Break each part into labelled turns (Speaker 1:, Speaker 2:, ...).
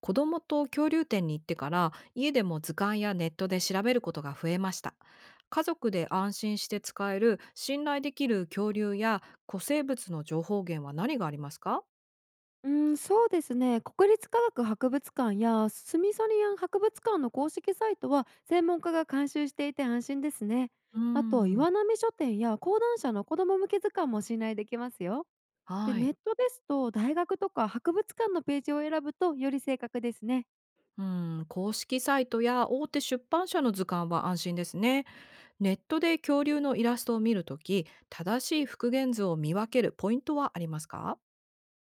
Speaker 1: 子供と恐竜展に行ってから、家でも図鑑やネットで調べることが増えました。家族で安心して使える信頼できる恐竜や古生物の情報源は何がありますか？
Speaker 2: うん、そうですね。国立科学博物館やスミソニアン博物館の公式サイトは専門家が監修していて安心ですね。
Speaker 1: うー
Speaker 2: あと、
Speaker 1: ん
Speaker 2: 岩波書店や講談社の子ども向け図鑑も信頼できますよ。で、
Speaker 1: は
Speaker 2: ネ
Speaker 1: い。
Speaker 2: ットですと大学とか博物館のページを選ぶとより正確ですね。
Speaker 1: うん、公式サイトや大手出版社の図鑑は安心ですね。ネットで恐竜のイラストを見るとき、正しい復元図を見分けるポイントはありますか？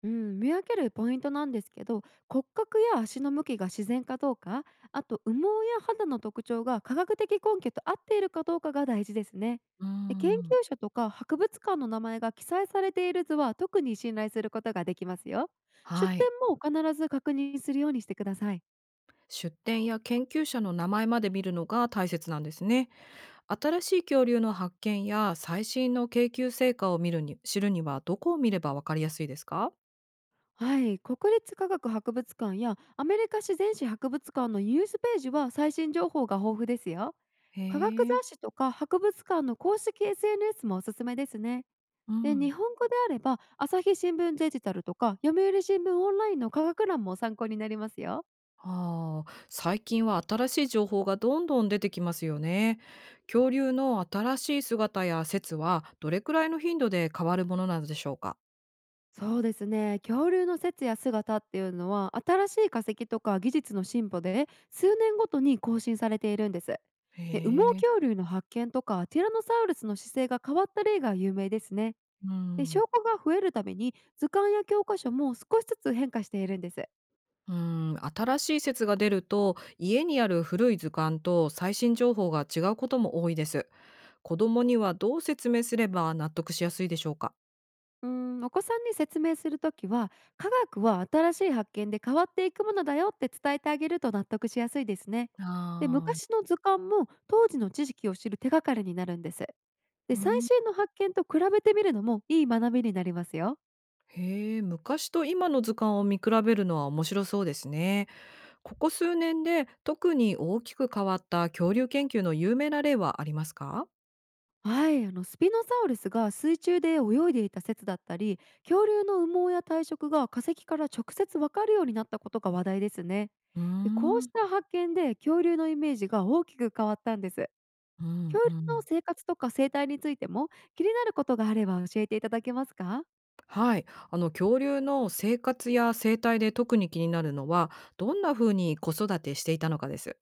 Speaker 2: うん、見分けるポイントなんですけど、骨格や足の向きが自然かどうか、あと羽毛や肌の特徴が科学的根拠と合っているかどうかが大事ですね。
Speaker 1: うー
Speaker 2: で、研究
Speaker 1: ん
Speaker 2: 者とか博物館の名前が記載されている図は特に信頼することができますよ。出
Speaker 1: はい。
Speaker 2: 典も必ず確認するようにしてください。
Speaker 1: 出典や研究者の名前まで見るのが大切なんですね。新しい恐竜の発見や最新の研究成果を見るに知るにはどこを見ればわかりやすいですか？
Speaker 2: はい、国立科学博物館やアメリカ自然史博物館のニュースページは最新情報が豊富ですよ。
Speaker 1: へ
Speaker 2: 科学
Speaker 1: え、
Speaker 2: 雑誌とか博物館の公式 SNS もおすすめですね。
Speaker 1: う
Speaker 2: で、
Speaker 1: ん。
Speaker 2: 日本語であれば朝日新聞デジタルとか読売新聞オンラインの科学欄も参考になりますよ。
Speaker 1: ああ、最近は新しい情報がどんどん出てきますよね。恐竜の新しい姿や説はどれくらいの頻度で変わるものなのでしょうか？
Speaker 2: そうですね、恐竜の説や姿っていうのは新しい化石とか技術の進歩で数年ごとに更新されているんです。
Speaker 1: へ
Speaker 2: で、羽毛
Speaker 1: え、
Speaker 2: 恐竜の発見とかティラノサウルスの姿勢が変わった例が有名ですね。
Speaker 1: う
Speaker 2: で、証
Speaker 1: ん。
Speaker 2: 拠が増えるために図鑑や教科書も少しずつ変化しているんです。
Speaker 1: うん、新しい説が出ると家にある古い図鑑と最新情報が違うことも多いです。子供にはどう説明すれば納得しやすいでしょうか？
Speaker 2: お子さんに説明するときは、科学は新しい発見で変わっていくものだよって伝えてあげると納得しやすいですね。で、
Speaker 1: ああ、
Speaker 2: 昔の図鑑も当時の知識を知る手がかりになるんです。で、
Speaker 1: う
Speaker 2: 最
Speaker 1: ん。
Speaker 2: 新の発見と比べてみるのもいい学びになりますよ。
Speaker 1: へえ、昔と今の図鑑を見比べるのは面白そうですね。ここ数年で特に大きく変わった恐竜研究の有名な例はありますか？
Speaker 2: はい、あのスピノサウルスが水中で泳いでいた説だったり、恐竜の羽毛や体色が化石から直接わかるようになったことが話題ですね。
Speaker 1: うー
Speaker 2: で、こうし
Speaker 1: ん、
Speaker 2: た発見で恐竜のイメージが大きく変わったんです。
Speaker 1: うん、う
Speaker 2: 恐竜の
Speaker 1: ん。
Speaker 2: 生活とか生態についても気になることがあれば教えていただけますか？
Speaker 1: はい、あの、恐竜の生活や生態で特に気になるのは、どんな風に子育てしていたのかです。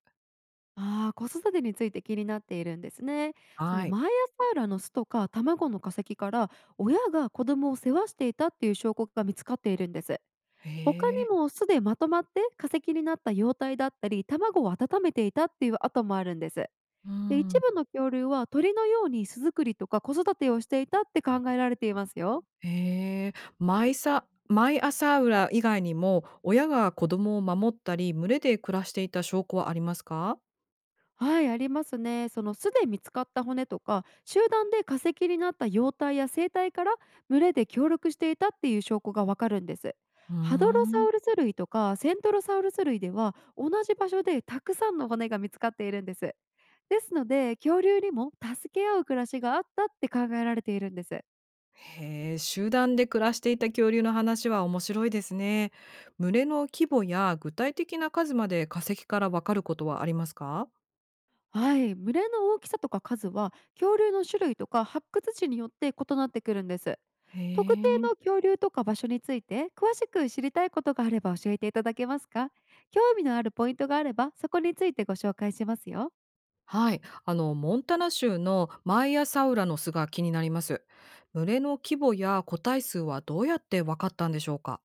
Speaker 2: ああ、子育てについて気になっているんですね。そ
Speaker 1: は
Speaker 2: の
Speaker 1: い。
Speaker 2: 毎朝ラの巣とか卵の化石から、親が子供を世話していたっていう証拠が見つかっているんです。
Speaker 1: へ
Speaker 2: 他に
Speaker 1: え。
Speaker 2: も、巣でまとまって化石になった幼体だったり卵を温めていたっていう跡もあるんです。
Speaker 1: う
Speaker 2: で、一
Speaker 1: ん。
Speaker 2: 部の恐竜は鳥のように巣作りとか子育てをしていたって考えられていますよ。
Speaker 1: へえ、毎朝浦以外にも、親が子供を守ったり、群れで暮らしていた証拠はありますか？
Speaker 2: はい、ありますね。その巣で見つかった骨とか、集団で化石になった幼体や生態から、群れで協力していたっていう証拠がわかるんです。
Speaker 1: うー
Speaker 2: ハドロサ
Speaker 1: ん。
Speaker 2: ウルス類とかセントロサウルス類では、同じ場所でたくさんの骨が見つかっているんです。ですので、恐竜にも助け合う暮らしがあったって考えられているんです。
Speaker 1: へえ、集団で暮らしていた恐竜の話は面白いですね。群れの規模や具体的な数まで化石からわかることはありますか？
Speaker 2: はい、群れの大きさとか数は、恐竜の種類とか発掘地によって異なってくるんです。
Speaker 1: へ
Speaker 2: 特定
Speaker 1: え。
Speaker 2: の恐竜とか場所について詳しく知りたいことがあれば教えていただけますか？興味のあるポイントがあれば、そこについてご紹介しますよ。
Speaker 1: はい、あの、モンタナ州のマイアサウラの巣が気になります。群れの規模や個体数はどうやってわかったんでしょうか？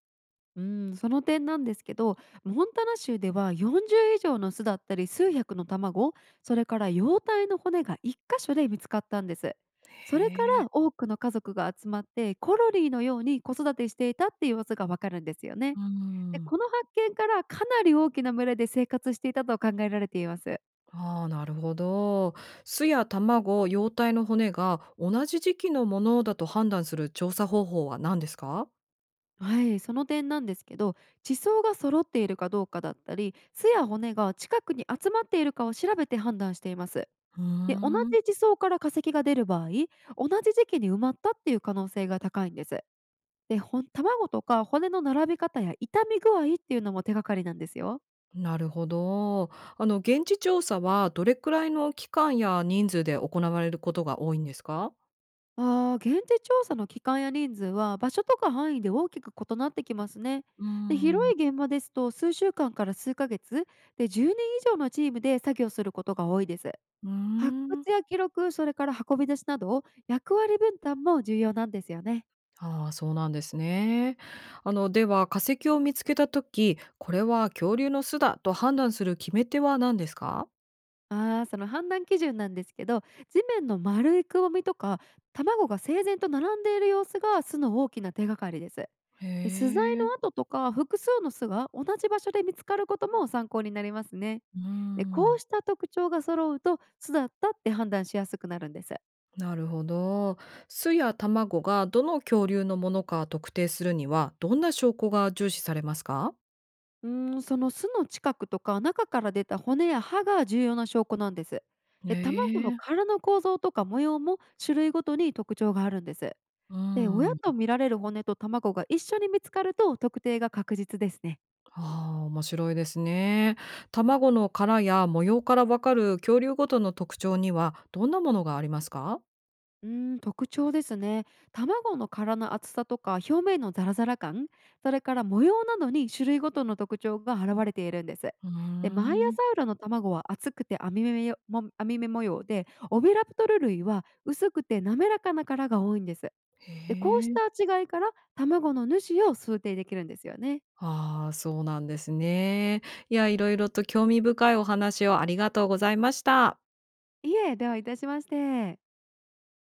Speaker 2: うん、その点なんですけど、モンタナ州では40以上の巣だったり数百の卵、それから幼体の骨が1箇所で見つかったんです。
Speaker 1: へ
Speaker 2: それか
Speaker 1: え、
Speaker 2: ら、多くの家族が集まってコロリーのように子育てしていたっていう様子がわかるんですよね。
Speaker 1: う
Speaker 2: で、
Speaker 1: ん。
Speaker 2: この発見から、かなり大きな群れで生活していたと考えられています。
Speaker 1: ああ、なるほど。巣や卵、幼体の骨が同じ時期のものだと判断する調査方法は何ですか？
Speaker 2: はい、その点なんですけど、地層が揃っているかどうかだったり、巣や骨が近くに集まっているかを調べて判断しています。
Speaker 1: うー
Speaker 2: で、同
Speaker 1: ん、
Speaker 2: じ地層から化石が出る場合、同じ時期に埋まったっていう可能性が高いんです。で、卵とか骨の並び方や傷み具合っていうのも手がかりなんですよ。
Speaker 1: なるほど。あの、現地調査はどれくらいの期間や人数で行われることが多いんですか？
Speaker 2: 現地調査の期間や人数は、場所とか範囲で大きく異なってきますね。
Speaker 1: う
Speaker 2: で、
Speaker 1: ー
Speaker 2: 広
Speaker 1: ん、
Speaker 2: い現場ですと数週間から数ヶ月で、10人以上のチームで作業することが多いです。
Speaker 1: うー
Speaker 2: 発
Speaker 1: ん。
Speaker 2: 掘や記録、それから運び出しなど、役割分担も重要なんですよね。
Speaker 1: ああ、そうなんですね。あの、では、化石を見つけたとき、これは恐竜の巣だと判断する決め手は何ですか？
Speaker 2: ああ、その判断基準なんですけど、地面の丸いくぼみとか、卵が整然と並んでいる様子が巣の大きな手がかりです。
Speaker 1: へ
Speaker 2: で、巣材の
Speaker 1: え、
Speaker 2: 跡とか複数の巣が同じ場所で見つかることも参考になりますね。
Speaker 1: うー
Speaker 2: で、こう
Speaker 1: ん。
Speaker 2: した特徴が揃うと、巣だったって判断しやすくなるんです。
Speaker 1: なるほど。巣や卵がどの恐竜のものか特定するには、どんな証拠が重視されますか？
Speaker 2: その巣の近くとか中から出た骨や歯が重要な証拠なんです。で、卵の
Speaker 1: ええ、
Speaker 2: 殻の構造とか模様も、種類ごとに特徴があるんです。
Speaker 1: う
Speaker 2: で、親
Speaker 1: ん。
Speaker 2: と見られる骨と卵が一緒に見つかると、特定が確実ですね。
Speaker 1: ああ、面白いですね。卵の殻や模様からわかる恐竜ごとの特徴には、どんなものがありますか？
Speaker 2: うーん、特徴ですね。卵の殻の厚さとか表面のザラザラ感、それから模様などに、種類ごとの特徴が現れているんです。
Speaker 1: うー
Speaker 2: で、マイア
Speaker 1: ん。
Speaker 2: サウラの卵は厚くて網目模様で、オビラプトル類は薄くて滑らかな殻が多いんです。
Speaker 1: へ
Speaker 2: で、こうし
Speaker 1: え。
Speaker 2: た違いから、卵の主を推定できるんですよね。
Speaker 1: ああ、そうなんですね。いや、いろいろと興味深いお話をありがとうございました。
Speaker 2: いえ、ではいたしまして。